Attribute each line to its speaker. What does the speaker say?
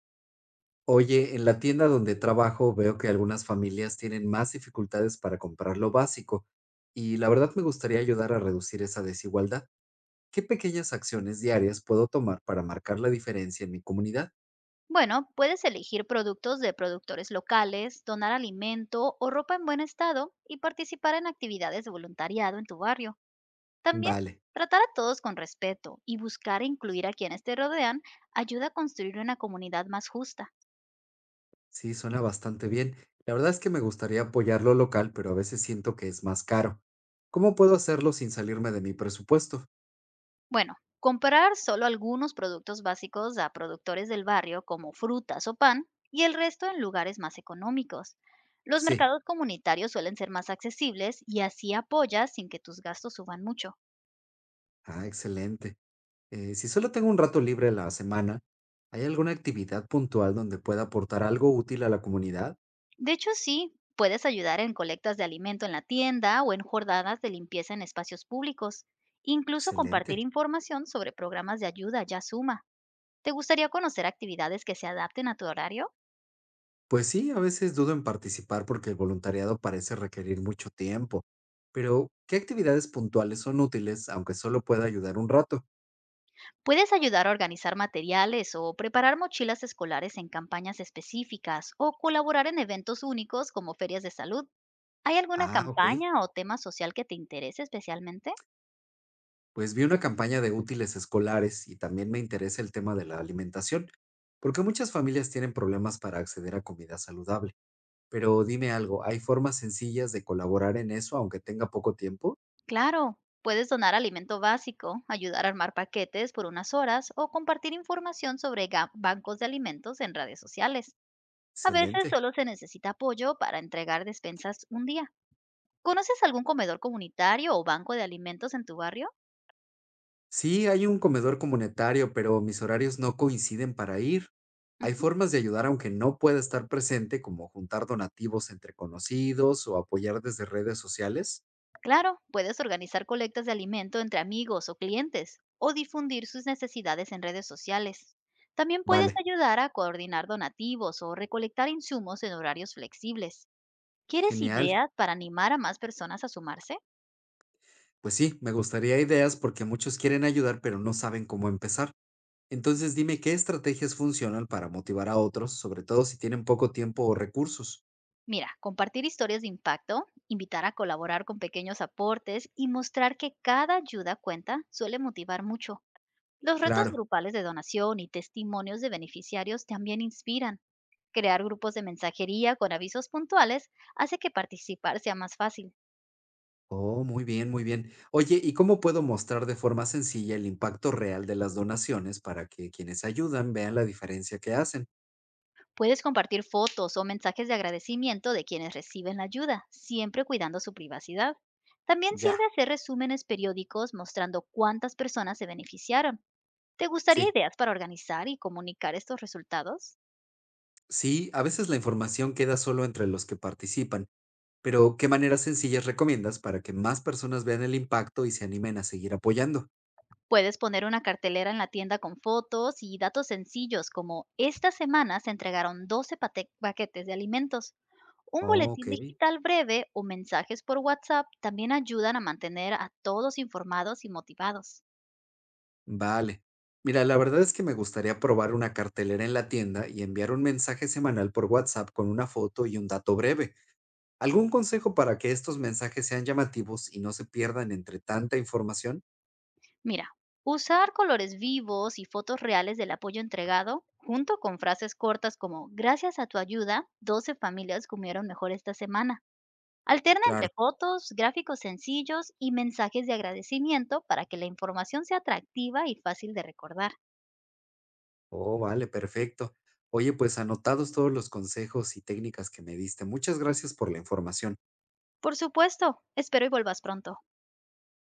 Speaker 1: Oye, en la tienda donde trabajo veo que algunas familias tienen más dificultades para comprar lo básico y la verdad me gustaría ayudar a reducir esa desigualdad. ¿Qué pequeñas acciones diarias puedo tomar para marcar la diferencia en mi comunidad?
Speaker 2: Bueno, puedes elegir productos de productores locales, donar alimento o ropa en buen estado y participar en actividades de voluntariado en tu barrio. También,
Speaker 1: Vale,
Speaker 2: tratar a todos con respeto y buscar incluir a quienes te rodean ayuda a construir una comunidad más justa.
Speaker 1: sí, suena bastante bien. La verdad es que me gustaría apoyar lo local, pero a veces siento que es más caro. ¿Cómo puedo hacerlo sin salirme de mi presupuesto?
Speaker 2: Bueno, comprar solo algunos productos básicos a productores del barrio como frutas o pan y el resto en lugares más económicos. Los
Speaker 1: Sí,
Speaker 2: mercados comunitarios suelen ser más accesibles y así apoyas sin que tus gastos suban mucho.
Speaker 1: ah, excelente. Si solo tengo un rato libre a la semana, ¿hay alguna actividad puntual donde pueda aportar algo útil a la comunidad?
Speaker 2: De hecho, sí, puedes ayudar en colectas de alimento en la tienda o en jornadas de limpieza en espacios públicos. Incluso compartir
Speaker 1: Excelente.
Speaker 2: información sobre programas de ayuda ya suma. ¿Te gustaría conocer actividades que se adapten a tu horario?
Speaker 1: Pues sí, a veces dudo en participar porque el voluntariado parece requerir mucho tiempo. Pero, ¿qué actividades puntuales son útiles, aunque solo pueda ayudar un rato?
Speaker 2: Puedes ayudar a organizar materiales o preparar mochilas escolares en campañas específicas o colaborar en eventos únicos como ferias de salud. ¿Hay alguna
Speaker 1: Ah, ok.
Speaker 2: campaña o tema social que te interese especialmente?
Speaker 1: Pues vi una campaña de útiles escolares y también me interesa el tema de la alimentación, porque muchas familias tienen problemas para acceder a comida saludable. Pero dime algo, ¿hay formas sencillas de colaborar en eso, aunque tenga poco tiempo?
Speaker 2: Claro, puedes donar alimento básico, ayudar a armar paquetes por unas horas o compartir información sobre bancos de alimentos en redes sociales. A veces
Speaker 1: Excelente.
Speaker 2: solo se necesita apoyo para entregar despensas un día. ¿Conoces algún comedor comunitario o banco de alimentos en tu barrio?
Speaker 1: Sí, hay un comedor comunitario, pero mis horarios no coinciden para ir. Hay
Speaker 2: Ujú.
Speaker 1: formas de ayudar aunque no pueda estar presente, como juntar donativos entre conocidos o apoyar desde redes sociales.
Speaker 2: Claro, puedes organizar colectas de alimento entre amigos o clientes o difundir sus necesidades en redes sociales. También puedes
Speaker 1: Vale,
Speaker 2: ayudar a coordinar donativos o recolectar insumos en horarios flexibles. ¿Quieres
Speaker 1: genial.
Speaker 2: ideas para animar a más personas a sumarse?
Speaker 1: Pues sí, me gustaría ideas porque muchos quieren ayudar, pero no saben cómo empezar. Entonces dime qué estrategias funcionan para motivar a otros, sobre todo si tienen poco tiempo o recursos.
Speaker 2: Mira, compartir historias de impacto, invitar a colaborar con pequeños aportes y mostrar que cada ayuda cuenta suele motivar mucho. Los retos
Speaker 1: Claro.
Speaker 2: grupales de donación y testimonios de beneficiarios también inspiran. Crear grupos de mensajería con avisos puntuales hace que participar sea más fácil.
Speaker 1: Oh, muy bien, muy bien. Oye, ¿y cómo puedo mostrar de forma sencilla el impacto real de las donaciones para que quienes ayudan vean la diferencia que hacen?
Speaker 2: Puedes compartir fotos o mensajes de agradecimiento de quienes reciben la ayuda, siempre cuidando su privacidad. También
Speaker 1: Ya,
Speaker 2: sirve hacer resúmenes periódicos mostrando cuántas personas se beneficiaron. ¿Te gustaría
Speaker 1: sí.
Speaker 2: ideas para organizar y comunicar estos resultados?
Speaker 1: Sí, a veces la información queda solo entre los que participan, pero ¿qué maneras sencillas recomiendas para que más personas vean el impacto y se animen a seguir apoyando?
Speaker 2: Puedes poner una cartelera en la tienda con fotos y datos sencillos como esta semana se entregaron 12 paquetes de alimentos. Un
Speaker 1: Oh, ok,
Speaker 2: boletín digital breve o mensajes por WhatsApp también ayudan a mantener a todos informados y motivados.
Speaker 1: vale. Mira, la verdad es que me gustaría probar una cartelera en la tienda y enviar un mensaje semanal por WhatsApp con una foto y un dato breve. ¿Algún consejo para que estos mensajes sean llamativos y no se pierdan entre tanta información?
Speaker 2: Mira, usar colores vivos y fotos reales del apoyo entregado, junto con frases cortas como gracias a tu ayuda, 12 familias comieron mejor esta semana. Alterna entre
Speaker 1: Claro.
Speaker 2: fotos, gráficos sencillos y mensajes de agradecimiento para que la información sea atractiva y fácil de recordar.
Speaker 1: Oh, vale, perfecto. Oye, pues anotados todos los consejos y técnicas que me diste. Muchas gracias por la información.
Speaker 2: Por supuesto, espero y vuelvas pronto.